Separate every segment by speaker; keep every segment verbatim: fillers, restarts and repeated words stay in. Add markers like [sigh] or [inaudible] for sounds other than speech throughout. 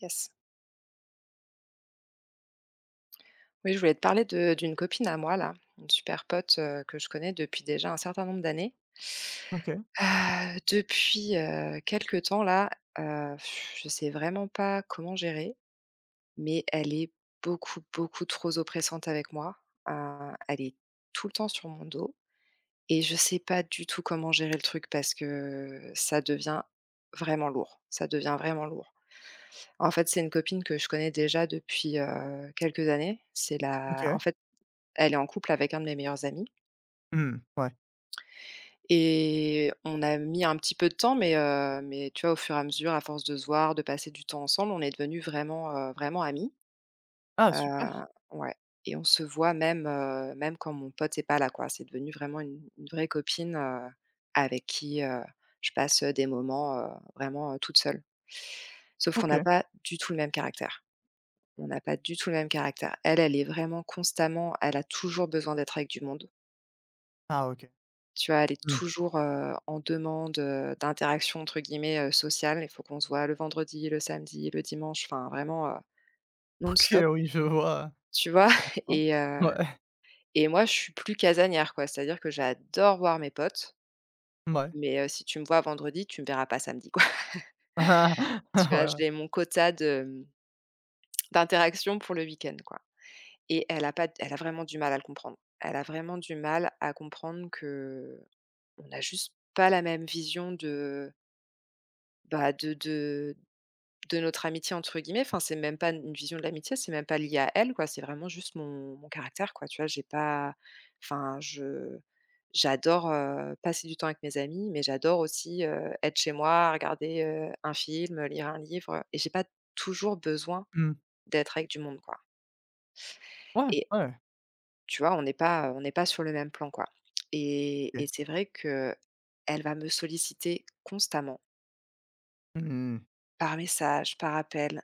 Speaker 1: Yes. Oui, je voulais te parler de d'une copine à moi là, une super pote, heu, que je connais depuis déjà un certain nombre d'années.
Speaker 2: OK,
Speaker 1: Heu, depuis, heu, quelque temps là, heu, je sais vraiment pas comment gérer, mais elle est beaucoup, beaucoup trop oppressante avec moi. Heu, elle est tout le temps sur mon dos et je sais pas du tout comment gérer le truc parce que ça devient vraiment lourd, ça devient vraiment lourd. En fait, c'est une copine que je connais déjà depuis, heu, quelques années. C'est la en
Speaker 2: OK.
Speaker 1: fait Elle est en couple avec un de mes meilleurs amis
Speaker 2: Mmh, ouais.
Speaker 1: et on a mis un petit peu de temps, mais heu, mais tu vois, au fur et à mesure, à force de se voir, de passer du temps ensemble, on est devenus vraiment, heu, vraiment amis.
Speaker 2: Ah
Speaker 1: Heu,
Speaker 2: super!
Speaker 1: ouais et on se voit même, heu, même quand mon pote n'est pas là, quoi. C'est devenu vraiment une une vraie copine, heu, avec qui, heu, je passe, des moments, heu, vraiment, heu, toute seule. Sauf qu'on
Speaker 2: OK.
Speaker 1: n'a pas du tout le même caractère. On n'a pas du tout le même caractère. Elle, elle est vraiment constamment elle a toujours besoin d'être avec du monde.
Speaker 2: Ah, OK.
Speaker 1: Tu vois, elle est
Speaker 2: Mmh.
Speaker 1: toujours, heu, en demande, heu, «d'interaction» entre guillemets, heu, sociale. Il faut qu'on se voit le vendredi, le samedi, le dimanche, enfin vraiment, heu,
Speaker 2: OK,
Speaker 1: non-stop,
Speaker 2: oui, je vois,
Speaker 1: tu vois? [laughs]
Speaker 2: heu,
Speaker 1: Et heu
Speaker 2: ouais.
Speaker 1: et moi, je suis plus casanière, quoi. C'est-à-dire que j'adore voir mes potes,
Speaker 2: Ouais.
Speaker 1: mais heu, si tu me vois vendredi, tu me verras pas samedi, quoi. [laughs]
Speaker 2: [laughs] Ah,
Speaker 1: Tu vois,
Speaker 2: ouais, ouais.
Speaker 1: j'ai mon quota de, mmh, d'interaction pour le week-end, quoi. Et elle a pas elle a vraiment du mal à le comprendre. Elle a vraiment du mal à comprendre que on a juste pas la même vision de, bah, de de de notre amitié entre guillemets, enfin c'est même pas une vision de l'amitié, c'est même pas lié à elle quoi, c'est vraiment juste mon mon caractère quoi, tu vois? J'ai pas enfin je j'adore, heu, passer du temps avec mes amis, mais j'adore aussi, heu, être chez moi, regarder, heu, un film, lire un livre, et j'ai pas toujours besoin
Speaker 2: Mmh.
Speaker 1: d'être avec du monde quoi
Speaker 2: Ouais,
Speaker 1: et
Speaker 2: ouais,
Speaker 1: tu vois? On n'est pas, on n'est pas sur le même plan quoi et
Speaker 2: OK.
Speaker 1: et c'est vrai que elle va me solliciter constamment
Speaker 2: Mmh,
Speaker 1: par message, par appel.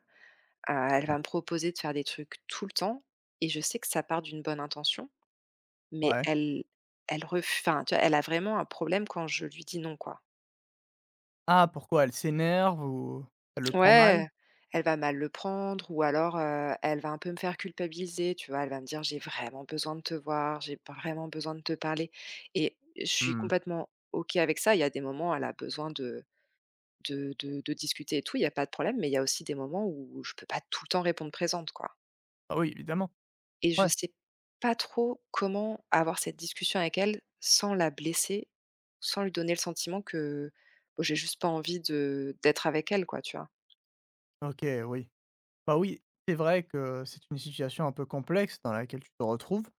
Speaker 1: Heu, elle va me proposer de faire des trucs tout le temps et je sais que ça part d'une bonne intention, mais
Speaker 2: ouais.
Speaker 1: elle elle ref enfin, tu vois, elle a vraiment un problème quand je lui dis non, quoi.
Speaker 2: Ah, pourquoi? Elle s'énerve ou elle le prend mal?
Speaker 1: Ouais, elle va mal le prendre ou alors, heu, elle va un peu me faire culpabiliser, tu vois? Elle va me dire: «J'ai vraiment besoin de te voir, j'ai pas vraiment besoin de te parler» et je suis
Speaker 2: Mmh.
Speaker 1: complètement OK avec ça. Il y a des moments, elle a besoin de de de de discuter et tout, il y a pas de problème, mais il y a aussi des moments où je peux pas tout le temps répondre présente, quoi.
Speaker 2: Ah oui, évidemment.
Speaker 1: Et je
Speaker 2: Ouais.
Speaker 1: sais pas trop comment avoir cette discussion avec elle sans la blesser, sans lui donner le sentiment que, bah, j'ai juste pas envie de d'être avec elle quoi, tu vois?
Speaker 2: OK, oui. Bah oui, c'est vrai que c'est une situation un peu complexe dans laquelle tu te retrouves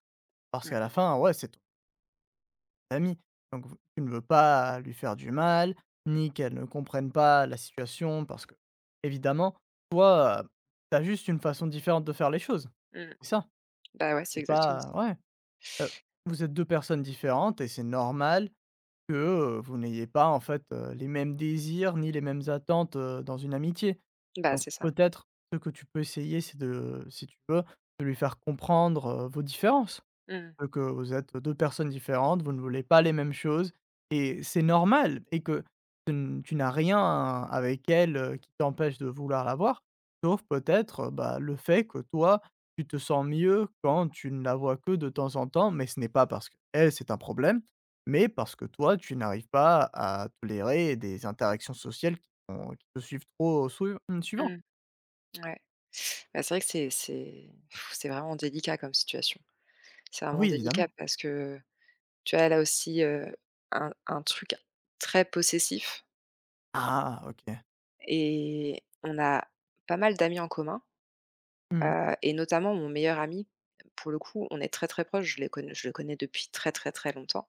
Speaker 2: parce
Speaker 1: Mmh,
Speaker 2: qu'à la fin, ouais, c'est famille. Donc, v tu ne veux pas lui faire du mal, ni qu'elle ne comprenne pas la situation, parce que, évidemment, toi, heu, tu as juste une façon différente de faire les choses,
Speaker 1: mmh.
Speaker 2: c'est ça.
Speaker 1: Bah, ouais, c'est
Speaker 2: C'est
Speaker 1: exactement
Speaker 2: pas,
Speaker 1: ça.
Speaker 2: ouais, heu, vous êtes deux personnes différentes et c'est normal que, heu, vous n'ayez pas, en fait, heu, les mêmes désirs ni les mêmes attentes, heu, dans une amitié.
Speaker 1: Bah,
Speaker 2: Donc
Speaker 1: c'est ça.
Speaker 2: peut-être, ce que tu peux essayer, c'est, de si tu veux, de lui faire comprendre, heu, vos différences.
Speaker 1: Mmh,
Speaker 2: Heu, que vous êtes deux personnes différentes, vous ne voulez pas les mêmes choses, et c'est normal, et que tu n tu n'as rien avec elle, heu, qui t'empêche de vouloir la voir, sauf peut-être, heu, bah, le fait que toi, tu te sens mieux quand tu ne la vois que de temps en temps, mais ce n'est pas parce qu'elle, c'est un problème, mais parce que toi, tu n'arrives pas à tolérer des interactions sociales qui sont qui te suivent trop souv mmh, souvent.
Speaker 1: mmh, ouais. Bah, c'est vrai que c'est c'est pff, c'est vraiment délicat comme situation. C'est vraiment
Speaker 2: Oui,
Speaker 1: délicat
Speaker 2: évidemment.
Speaker 1: parce que, tu vois, elle a aussi, heu, un un truc très possessif
Speaker 2: Ah! OK.
Speaker 1: et on a pas mal d'amis en commun.
Speaker 2: Mmh.
Speaker 1: Heu et notamment mon meilleur ami, pour le coup, on est très, très proches, je les connais je le connais depuis très, très, très longtemps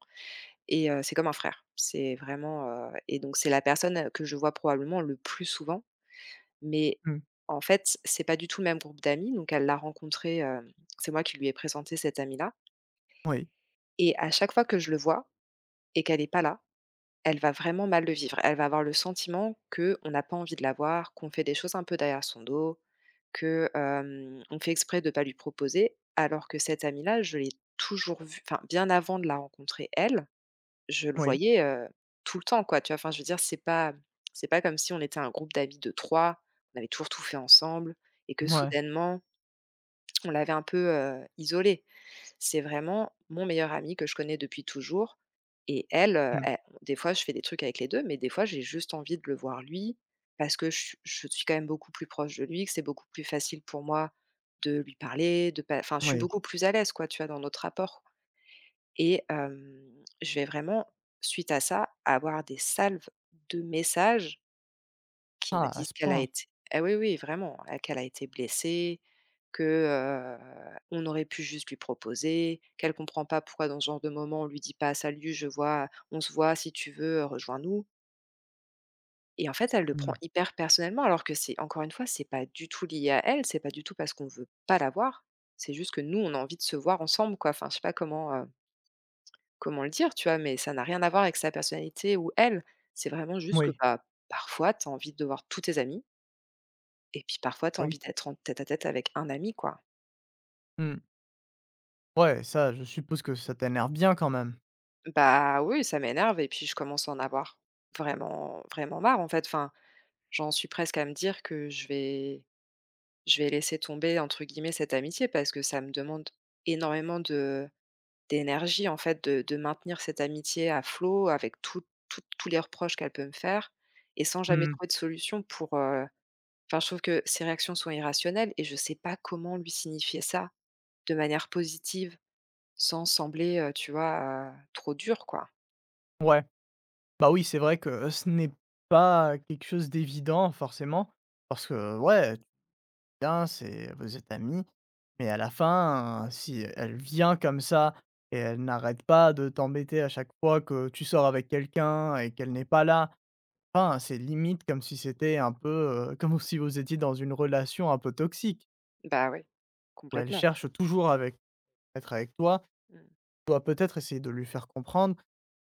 Speaker 1: et heu, c'est comme un frère. C'est vraiment, heu et donc c'est la personne, heu, que je vois probablement le plus souvent, mais
Speaker 2: Mmh.
Speaker 1: en fait, c'est pas du tout le même groupe d'amis, donc elle l'a rencontré, hem, c'est moi qui lui ai présenté cet ami-là
Speaker 2: Oui.
Speaker 1: et à chaque fois que je le vois et qu'elle n'est pas là Elle va vraiment mal le vivre. Elle va avoir le sentiment que on n'a pas envie de la voir, qu'on fait des choses un peu derrière son dos, que, hem, on fait exprès de pas lui proposer, alors que cette amie-là, je l'ai toujours vue enfin, bien avant de la rencontrer elle, je le
Speaker 2: Oui.
Speaker 1: voyais, heu, tout le temps, quoi, tu vois? Enfin, je veux dire, c'est pas c'est pas comme si on était un groupe d'amis de trois, on avait toujours tout fait ensemble et que
Speaker 2: Mouais.
Speaker 1: soudainement, on l'avait un peu, heu, isolée. C'est vraiment mon meilleur ami que je connais depuis toujours et elle, heu,
Speaker 2: Mmh.
Speaker 1: elle des fois, je fais des trucs avec les deux, mais des fois, j'ai juste envie de le voir lui parce que je je suis quand même beaucoup plus proche de lui, que c'est beaucoup plus facile pour moi de lui parler, de pas enfin, je suis
Speaker 2: Oui.
Speaker 1: beaucoup plus à l'aise, quoi, tu vois, dans notre rapport et hem, je vais vraiment, suite à ça, avoir des salves de messages qui me
Speaker 2: Ah, à ce
Speaker 1: disent qu'elle a
Speaker 2: point.
Speaker 1: été ah oui, oui, vraiment, ah qu'elle a été blessée, que, heu, on aurait pu juste lui proposer, qu'elle comprend pas pourquoi dans ce genre de moment on lui dit pas: «Salut, je vois on se voit si tu veux, rejoins-nous» et en fait, elle le prend
Speaker 2: Mmh.
Speaker 1: hyper personnellement alors que c'est encore une fois, c'est pas du tout lié à elle, c'est pas du tout parce qu'on veut pas la voir. C'est juste que nous, on a envie de se voir ensemble quoi. Enfin, je sais pas comment, heu, comment le dire, tu vois? Mais ça n'a rien à voir avec sa personnalité ou elle. C'est vraiment juste que,
Speaker 2: Moui.
Speaker 1: bah, parfois, tu as envie de voir tous tes amis. Et puis parfois, tu as
Speaker 2: Oui.
Speaker 1: envie d'être en tête-à-tête avec un ami, quoi.
Speaker 2: Mmh. Ouais, ça, je suppose que ça t'énerve bien quand même?
Speaker 1: Bah, oui, ça m'énerve et puis je commence à en avoir vraiment vraiment marre, en fait. Enfin, j'en suis presque à me dire que je vais je vais «laisser tomber» entre guillemets cette amitié parce que ça me demande énormément de d'énergie, en fait, de de maintenir cette amitié à flot avec tout tout tous les reproches qu'elle peut me faire et sans jamais
Speaker 2: Mmh.
Speaker 1: trouver de solution pour, heu enfin, je trouve que ses réactions sont irrationnelles et je sais pas comment lui signifier ça de manière positive. Sans sembler, heu, tu vois, heu, trop dur quoi.
Speaker 2: Ouais. Bah, oui, c'est vrai que euh, ce n'est pas quelque chose d'évident, forcément, parce que, ouais, tu viens, c'est vous êtes amis, mais à la fin, euh, si elle vient comme ça et elle n'arrête pas de t'embêter à chaque fois que tu sors avec quelqu'un et qu'elle n'est pas là, enfin, c'est limite comme si c'était un peu, heu, [laughs] comme si vous étiez dans une relation un peu toxique,
Speaker 1: Bah, oui,
Speaker 2: où elle
Speaker 1: complètement.
Speaker 2: cherche toujours avec être avec toi.
Speaker 1: Mmh,
Speaker 2: Dois peut-être essayer de lui faire comprendre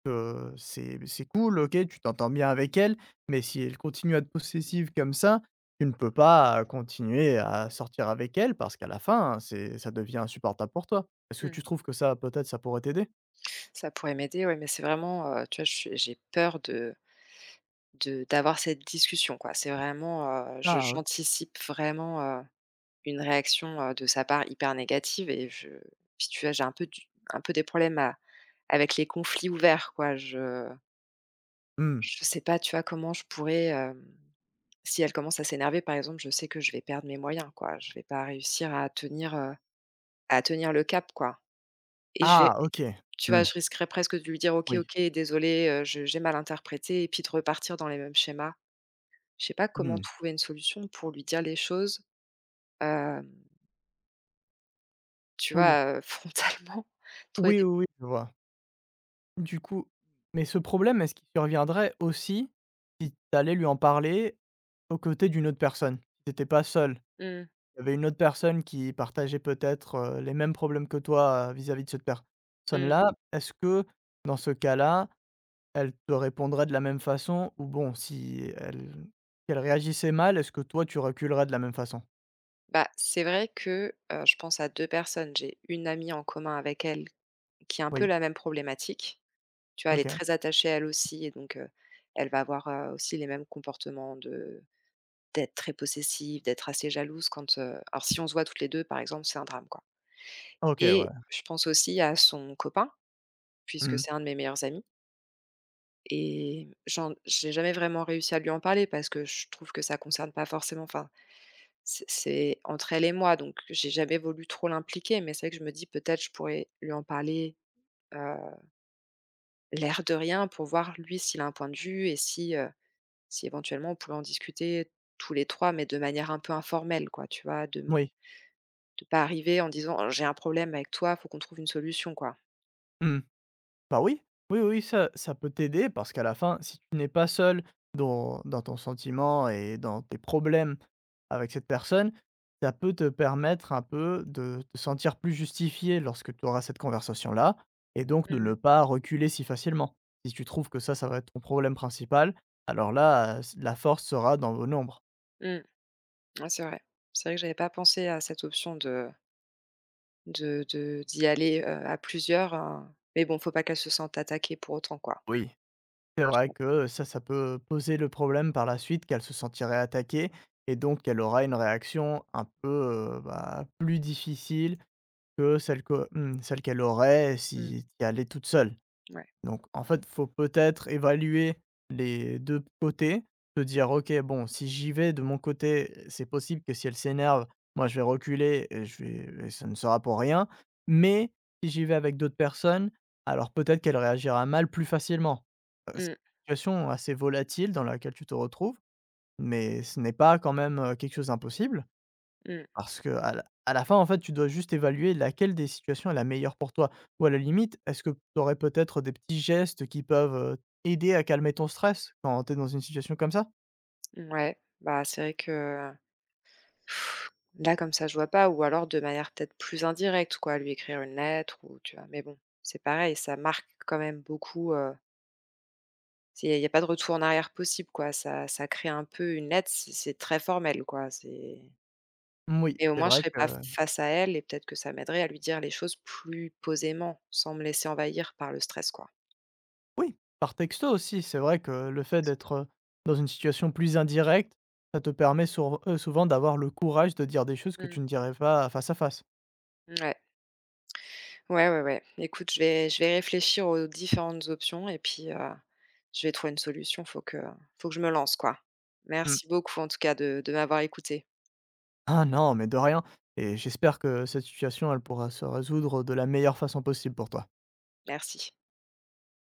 Speaker 2: que c'est c'est cool. OK, tu t'entends bien avec elle, mais si elle continue à être possessive comme ça, tu ne peux pas, euh, continuer à sortir avec elle, parce qu'à la fin, hein, c'est ça devient insupportable pour toi. Est-ce que
Speaker 1: mmh.
Speaker 2: tu trouves que ça, peut-être, ça pourrait t'aider?
Speaker 1: Ça pourrait m'aider, ouais, mais c'est vraiment, heu, tu vois, je suis j'ai peur de de d'avoir cette discussion, quoi. C'est vraiment, heu, je
Speaker 2: Ah, OK.
Speaker 1: j'anticipe vraiment, heu, une réaction, heu, de sa part hyper négative. Et je puis tu vois, j'ai un peu du un peu des problèmes à avec les conflits ouverts, quoi. Je
Speaker 2: Mmh.
Speaker 1: je sais pas, tu vois, comment je pourrais, hem si elle commence à s'énerver, par exemple, je sais que je vais perdre mes moyens, quoi. Je vais pas réussir à tenir, heu À tenir le cap, quoi et je
Speaker 2: Ah,
Speaker 1: vais
Speaker 2: OK.
Speaker 1: tu vois,
Speaker 2: Mmh.
Speaker 1: je risquerais presque de lui dire: «OK,
Speaker 2: Oui.
Speaker 1: OK, désolée, heu, je j'ai mal interprété» et puis de repartir dans les mêmes schémas. Je sais pas comment
Speaker 2: Mmh.
Speaker 1: trouver une solution pour lui dire les choses, hem, tu
Speaker 2: Oui.
Speaker 1: vois, heu, [laughs] frontalement. Trouver
Speaker 2: Oui,
Speaker 1: des
Speaker 2: oui, oui, je vois. Du coup, mais ce problème, est-ce qu'il surviendrait aussi si tu allais lui en parler aux côtés d'une autre personne? Si tu étais pas seul.
Speaker 1: mmh,
Speaker 2: Il y avait une autre personne qui partageait peut-être, heu, les mêmes problèmes que toi, heu, vis-à-vis de cette per-
Speaker 1: mmh.
Speaker 2: personne-là. Est-ce que dans ce cas-là, elle te répondrait de la même façon? Ou bon, si elle qu'elle réagissait mal, est-ce que toi tu reculerais de la même façon?
Speaker 1: Bah, c'est vrai que, heu, je pense à deux personnes. J'ai une amie en commun avec elle qui a un peu
Speaker 2: Oui.
Speaker 1: la même problématique. Tu vois, elle est
Speaker 2: OK.
Speaker 1: très attachée, elle aussi et donc, heu, elle va avoir, heu, aussi les mêmes comportements de d'être très possessive, d'être assez jalouse quand, heu alors si on se voit toutes les deux par exemple, c'est un drame, quoi
Speaker 2: OK,
Speaker 1: et
Speaker 2: ouais.
Speaker 1: je pense aussi à son copain, puisque
Speaker 2: Mmh.
Speaker 1: c'est un de mes meilleurs amis et j'en j'ai jamais vraiment réussi à lui en parler parce que je trouve que ça concerne pas forcément enfin, c'est c'est entre elle et moi, donc j'ai jamais voulu trop l'impliquer, mais c'est vrai que je me dis peut-être je pourrais lui en parler, heu, l'air de rien pour voir lui s'il a un point de vue et si, heu, si éventuellement on pouvait en discuter tous les trois, mais de manière un peu informelle quoi, tu vois? De
Speaker 2: Moui.
Speaker 1: De pas arriver en disant: «Oh, «J'ai un problème avec toi, faut qu'on trouve une solution», quoi.
Speaker 2: Mmh. Bah oui, oui, oui, ça ça peut t'aider parce qu'à la fin, si tu n'es pas seul dans dans ton sentiment et dans tes problèmes avec cette personne, ça peut te permettre un peu de te sentir plus justifié lorsque tu auras cette conversation-là, et donc de
Speaker 1: Mmh.
Speaker 2: ne pas reculer si facilement. Si tu trouves que ça, ça va être ton problème principal, alors là, heu, la force sera dans vos nombres.
Speaker 1: Mmh. Ouais, c'est vrai. C'est vrai que j'avais pas pensé à cette option de de de d'y aller, heu, à plusieurs, heu, mais bon, faut pas qu'elle se sente attaquée pour autant, quoi.
Speaker 2: Oui. C'est
Speaker 1: Tu
Speaker 2: vrai
Speaker 1: vois?
Speaker 2: que ça, ça peut poser le problème par la suite qu'elle se sentirait attaquée, et donc qu'elle aura une réaction un peu, heu, bah, plus difficile que celle que, mmh, celle qu'elle aurait
Speaker 1: Mmh.
Speaker 2: si si elle est toute seule.
Speaker 1: Ouais.
Speaker 2: Donc en fait, faut peut-être évaluer les deux côtés, se dire: «OK, bon, si j'y vais de mon côté, c'est possible que, si elle s'énerve, moi je vais reculer et je vais et ça ne sera pour rien. Mais si j'y vais avec d'autres personnes, alors peut-être qu'elle réagira mal plus facilement». Heu, c'est
Speaker 1: Mmh.
Speaker 2: une situation assez volatile dans laquelle tu te retrouves, mais ce n'est pas, quand même, heu, quelque chose d'impossible.
Speaker 1: Mmh.
Speaker 2: Parce qu'à la à la fin, en fait, tu dois juste évaluer laquelle des situations est la meilleure pour toi. Ou à la limite, est-ce que tu aurais peut-être des petits gestes qui peuvent, heu, aider à calmer ton stress quand tu es dans une situation comme ça?
Speaker 1: Mmh. Ouais, bah, c'est vrai que Là, comme ça, je vois pas ou alors de manière peut-être plus indirecte quoi, lui écrire une lettre ou tu vois? Mais bon, c'est pareil, ça marque quand même beaucoup, il y a pas de retour en arrière possible quoi, ça ça crée un peu une lettre, c'est c'est très formel quoi, c'est
Speaker 2: Oui,
Speaker 1: et au
Speaker 2: c'est
Speaker 1: moins je
Speaker 2: vrai
Speaker 1: serais
Speaker 2: que,
Speaker 1: pas face à elle et peut-être que ça m'aiderait à lui dire les choses plus posément, sans me laisser envahir par le stress quoi.
Speaker 2: oui, par texto aussi, c'est vrai que le fait d'être, heu, dans une situation plus indirecte, ça te permet, sour heu, souvent, d'avoir le courage de dire des choses que tu
Speaker 1: Mmh,
Speaker 2: ne dirais pas face à face.
Speaker 1: ouais. Ouais, ouais, ouais. Écoute, je vais je vais réfléchir aux différentes options et puis, heu, je vais trouver une solution. Faut que faut que je me lance, quoi.
Speaker 2: Mmh.
Speaker 1: Merci beaucoup en tout cas de de m'avoir écouté.
Speaker 2: Ah non, mais de rien, et j'espère que cette situation, elle pourra se résoudre de la meilleure façon possible pour toi.
Speaker 1: Merci.